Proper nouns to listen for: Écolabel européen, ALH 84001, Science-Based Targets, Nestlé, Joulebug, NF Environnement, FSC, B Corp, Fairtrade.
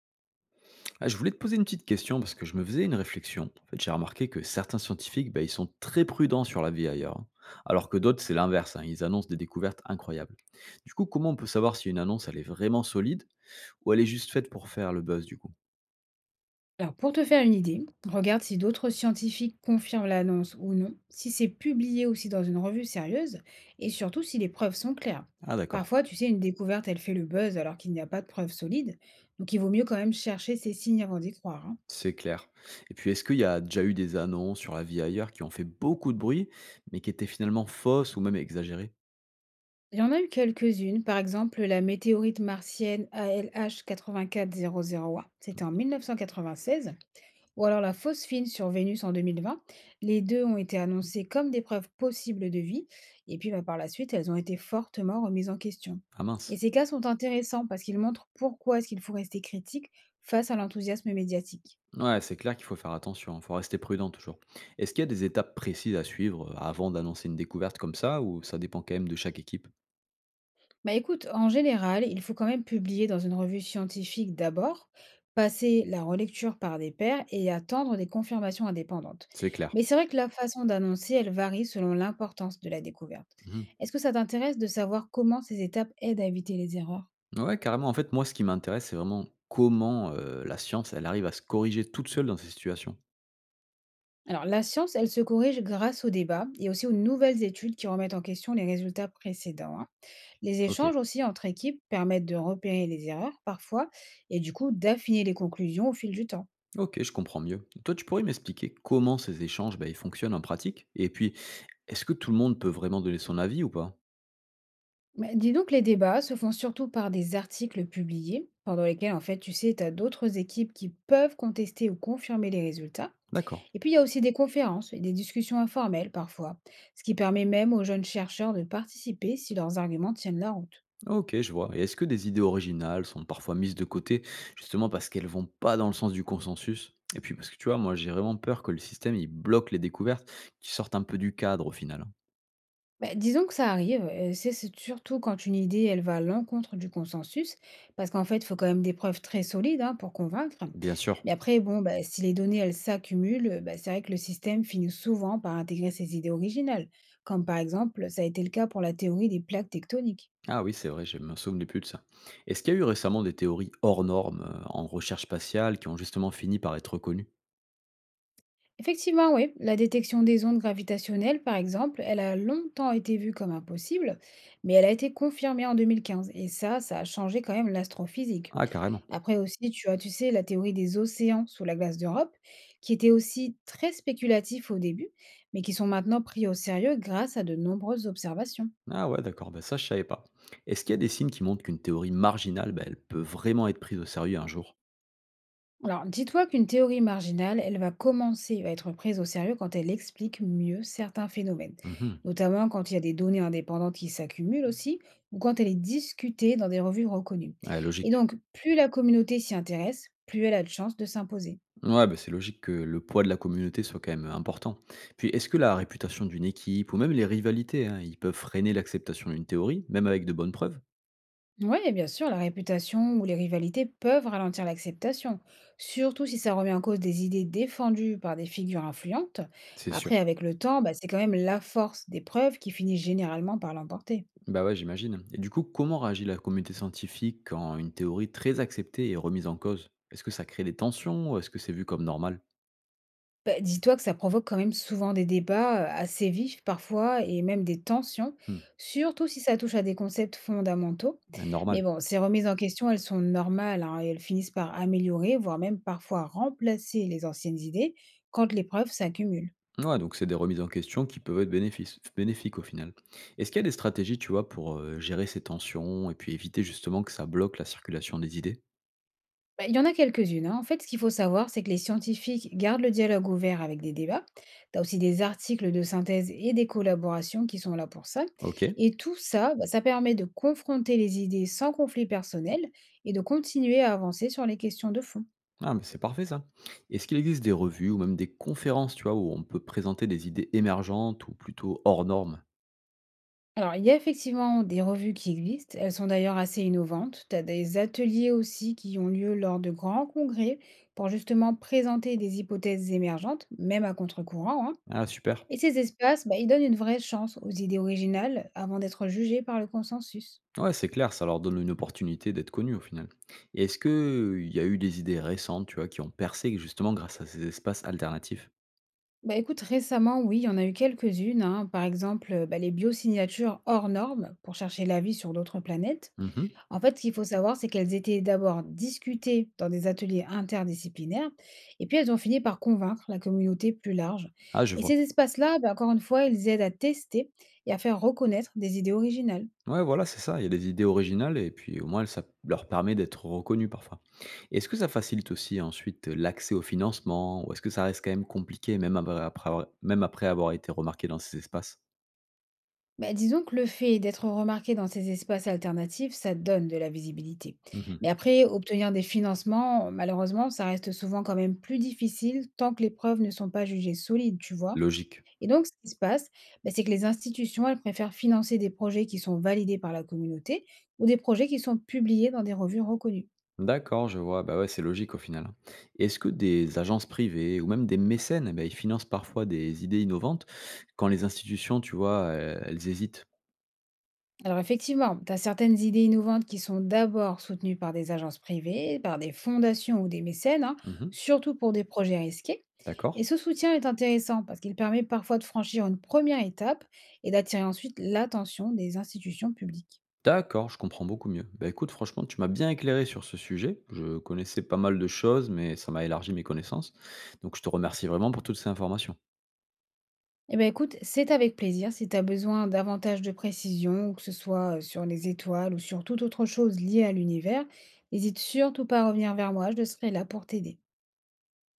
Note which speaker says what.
Speaker 1: Ah, je voulais te poser une petite question parce que je me faisais une réflexion. En fait, j'ai remarqué que certains scientifiques, bah, ils sont très prudents sur la vie ailleurs, hein. Alors que d'autres, c'est l'inverse. Hein, ils annoncent des découvertes incroyables. Du coup, comment on peut savoir si une annonce, elle est vraiment solide ou elle est juste faite pour faire le buzz du coup?
Speaker 2: Alors, pour te faire une idée, regarde si d'autres scientifiques confirment l'annonce ou non, si c'est publié aussi dans une revue sérieuse, et surtout si les preuves sont claires.
Speaker 1: Ah, d'accord.
Speaker 2: Parfois, tu sais, une découverte, elle fait le buzz alors qu'il n'y a pas de preuves solides, donc il vaut mieux quand même chercher ces signes avant d'y croire. Hein.
Speaker 1: C'est clair. Et puis, est-ce qu'il y a déjà eu des annonces sur la vie ailleurs qui ont fait beaucoup de bruit, mais qui étaient finalement fausses ou même exagérées?
Speaker 2: Il y en a eu quelques-unes, par exemple la météorite martienne ALH 84001, c'était en
Speaker 1: Mmh.
Speaker 2: 1996, ou alors la fausse fine sur Vénus en 2020. Les deux ont été annoncées comme des preuves possibles de vie, et puis bah, par la suite, elles ont été fortement remises en question.
Speaker 1: Ah
Speaker 2: Et
Speaker 1: mince.
Speaker 2: ces cas sont intéressants parce qu'ils montrent pourquoi est-ce qu'il faut rester critique face à l'enthousiasme médiatique.
Speaker 1: Ouais, c'est clair qu'il faut faire attention, il faut rester prudent toujours. Est-ce qu'il y a des étapes précises à suivre avant d'annoncer une découverte comme ça ou ça dépend quand même de chaque équipe?
Speaker 2: Bah écoute, en général, il faut quand même publier dans une revue scientifique d'abord, passer la relecture par des pairs et attendre des confirmations indépendantes.
Speaker 1: C'est clair.
Speaker 2: Mais c'est vrai que la façon d'annoncer, elle varie selon l'importance de la découverte.
Speaker 1: Mhm.
Speaker 2: Est-ce que ça t'intéresse de savoir comment ces étapes aident à éviter les erreurs?
Speaker 1: Ouais, carrément. En fait, moi, ce qui m'intéresse, c'est vraiment comment la science, elle arrive à se corriger toute seule dans ces situations.
Speaker 2: Alors, la science, elle se corrige grâce au débat et aussi aux nouvelles études qui remettent en question les résultats précédents. Hein. Les
Speaker 1: Ok.
Speaker 2: échanges aussi entre équipes permettent de repérer les erreurs parfois et du coup d'affiner les conclusions au fil du temps.
Speaker 1: Ok, je comprends mieux. Toi, tu pourrais m'expliquer comment ces échanges, bah, ils fonctionnent en pratique? Et puis, est-ce que tout le monde peut vraiment donner son avis ou pas?
Speaker 2: Mais dis donc, les débats se font surtout par des articles publiés, pendant lesquels, en fait, tu sais, tu as d'autres équipes qui peuvent contester ou confirmer les résultats.
Speaker 1: D'accord.
Speaker 2: Et puis, il y a aussi des conférences et des discussions informelles parfois, ce qui permet même aux jeunes chercheurs de participer si leurs arguments tiennent la route.
Speaker 1: Ok, je vois. Et est-ce que des idées originales sont parfois mises de côté, justement parce qu'elles vont pas dans le sens du consensus? Et puis parce que tu vois, moi j'ai vraiment peur que le système il bloque les découvertes qui sortent un peu du cadre au final, hein.
Speaker 2: Bah, disons que ça arrive, c'est surtout quand une idée, elle va à l'encontre du consensus, parce qu'en fait, il faut quand même des preuves très solides, hein, pour convaincre.
Speaker 1: Bien sûr.
Speaker 2: Mais après, bon, bah, si les données, elles s'accumulent, bah, c'est vrai que le système finit souvent par intégrer ses idées originales, comme par exemple, ça a été le cas pour la théorie des plaques tectoniques.
Speaker 1: Ah oui, c'est vrai, je me souvenais plus de ça. Est-ce qu'il y a eu récemment des théories hors normes en recherche spatiale qui ont justement fini par être reconnues?
Speaker 2: Effectivement, oui, la détection des ondes gravitationnelles, par exemple, elle a longtemps été vue comme impossible, mais elle a été confirmée en 2015 et ça a changé quand même l'astrophysique.
Speaker 1: Ah, carrément.
Speaker 2: Après aussi, tu as, tu sais, la théorie des océans sous la glace d'Europe, qui était aussi très spéculatif au début, mais qui sont maintenant pris au sérieux grâce à de nombreuses observations.
Speaker 1: Ah ouais, d'accord, bah ça je savais pas. Est-ce qu'il y a des signes qui montrent qu'une théorie marginale, bah, elle peut vraiment être prise au sérieux un jour?
Speaker 2: Alors, dis-toi qu'une théorie marginale, elle va commencer à être prise au sérieux quand elle explique mieux certains phénomènes,
Speaker 1: Mhm.
Speaker 2: notamment quand il y a des données indépendantes qui s'accumulent aussi, ou quand elle est discutée dans des revues reconnues.
Speaker 1: Ouais,
Speaker 2: Et
Speaker 1: logique.
Speaker 2: donc, plus la communauté s'y intéresse, plus elle a de chances de s'imposer.
Speaker 1: Ouais, bah, c'est logique que le poids de la communauté soit quand même important. Puis, est-ce que la réputation d'une équipe ou même les rivalités, hein, ils peuvent freiner l'acceptation d'une théorie, même avec de bonnes preuves?
Speaker 2: Oui, bien sûr, la réputation ou les rivalités peuvent ralentir l'acceptation, surtout si ça remet en cause des idées défendues par des figures influentes.
Speaker 1: C'est
Speaker 2: Après,
Speaker 1: sûr.
Speaker 2: avec le temps, bah, c'est quand même la force des preuves qui finit généralement par l'emporter.
Speaker 1: Bah ouais, j'imagine. Et du coup, comment réagit la communauté scientifique quand une théorie très acceptée est remise en cause? Est-ce que ça crée des tensions ou est-ce que c'est vu comme normal?
Speaker 2: Bah, dis-toi que ça provoque quand même souvent des débats assez vifs parfois et même des tensions,
Speaker 1: Hmm,
Speaker 2: surtout si ça touche à des concepts fondamentaux.
Speaker 1: normal.
Speaker 2: Mais bon, ces remises en question, elles sont normales hein, et elles finissent par améliorer, voire même parfois remplacer les anciennes idées quand les preuves s'accumulent.
Speaker 1: Ouais, donc c'est des remises en question qui peuvent être bénéfiques au final. Est-ce qu'il y a des stratégies, tu vois, pour gérer ces tensions et puis éviter justement que ça bloque la circulation des idées?
Speaker 2: Bah, il y en a quelques-unes. Hein. En fait, ce qu'il faut savoir, c'est que les scientifiques gardent le dialogue ouvert avec des débats. Tu as aussi des articles de synthèse et des collaborations qui sont là pour ça.
Speaker 1: Ok.
Speaker 2: Et tout ça, bah, ça permet de confronter les idées sans conflit personnel et de continuer à avancer sur les questions de fond.
Speaker 1: Ah, mais c'est parfait ça. Est-ce qu'il existe des revues ou même des conférences, tu vois, où on peut présenter des idées émergentes ou plutôt hors normes?
Speaker 2: Alors, il y a effectivement des revues qui existent. Elles sont d'ailleurs assez innovantes. Tu as des ateliers aussi qui ont lieu lors de grands congrès pour justement présenter des hypothèses émergentes, même à contre-courant. Hein.
Speaker 1: Ah, super.
Speaker 2: Et ces espaces, bah, ils donnent une vraie chance aux idées originales avant d'être jugées par le consensus.
Speaker 1: Ouais, c'est clair, ça leur donne une opportunité d'être connus au final. Et est-ce que il y a eu des idées récentes, tu vois, qui ont percé justement grâce à ces espaces alternatifs?
Speaker 2: Bah écoute, récemment, oui, il y en a eu quelques-unes. Hein. Par exemple, bah, les biosignatures hors normes pour chercher la vie sur d'autres planètes.
Speaker 1: Mhm.
Speaker 2: En fait, ce qu'il faut savoir, c'est qu'elles étaient d'abord discutées dans des ateliers interdisciplinaires, et puis elles ont fini par convaincre la communauté plus large.
Speaker 1: Ah, je
Speaker 2: Et
Speaker 1: vois.
Speaker 2: ces espaces-là, bah, encore une fois, ils aident à tester et à faire reconnaître des idées originales.
Speaker 1: Ouais, voilà, c'est ça. Il y a des idées originales et puis au moins ça leur permet d'être reconnus parfois. Est-ce que ça facilite aussi ensuite l'accès au financement ou est-ce que ça reste quand même compliqué même après, même après avoir été remarqué dans ces espaces?
Speaker 2: Bah, disons que le fait d'être remarqué dans ces espaces alternatifs, ça donne de la visibilité.
Speaker 1: Mmh.
Speaker 2: Mais après, obtenir des financements, malheureusement, ça reste souvent quand même plus difficile tant que les preuves ne sont pas jugées solides, tu vois.
Speaker 1: Logique.
Speaker 2: Et donc, ce qui se passe, bah, c'est que les institutions, elles préfèrent financer des projets qui sont validés par la communauté ou des projets qui sont publiés dans des revues reconnues.
Speaker 1: D'accord, je vois. Bah, ouais, c'est logique au final. Est-ce que des agences privées ou même des mécènes, eh ben, ils financent parfois des idées innovantes quand les institutions, tu vois, elles hésitent?
Speaker 2: Alors effectivement, tu as certaines idées innovantes qui sont d'abord soutenues par des agences privées, par des fondations ou des mécènes, hein,
Speaker 1: Mmh.
Speaker 2: surtout pour des projets risqués.
Speaker 1: D'accord.
Speaker 2: Et ce soutien est intéressant parce qu'il permet parfois de franchir une première étape et d'attirer ensuite l'attention des institutions publiques.
Speaker 1: D'accord, je comprends beaucoup mieux. Bah, écoute, franchement, tu m'as bien éclairé sur ce sujet. Je connaissais pas mal de choses, mais ça m'a élargi mes connaissances. Donc je te remercie vraiment pour toutes ces informations.
Speaker 2: Eh bien écoute, c'est avec plaisir si tu as besoin davantage de précision, que ce soit sur les étoiles ou sur toute autre chose liée à l'univers, n'hésite surtout pas à revenir vers moi, je serai là pour t'aider.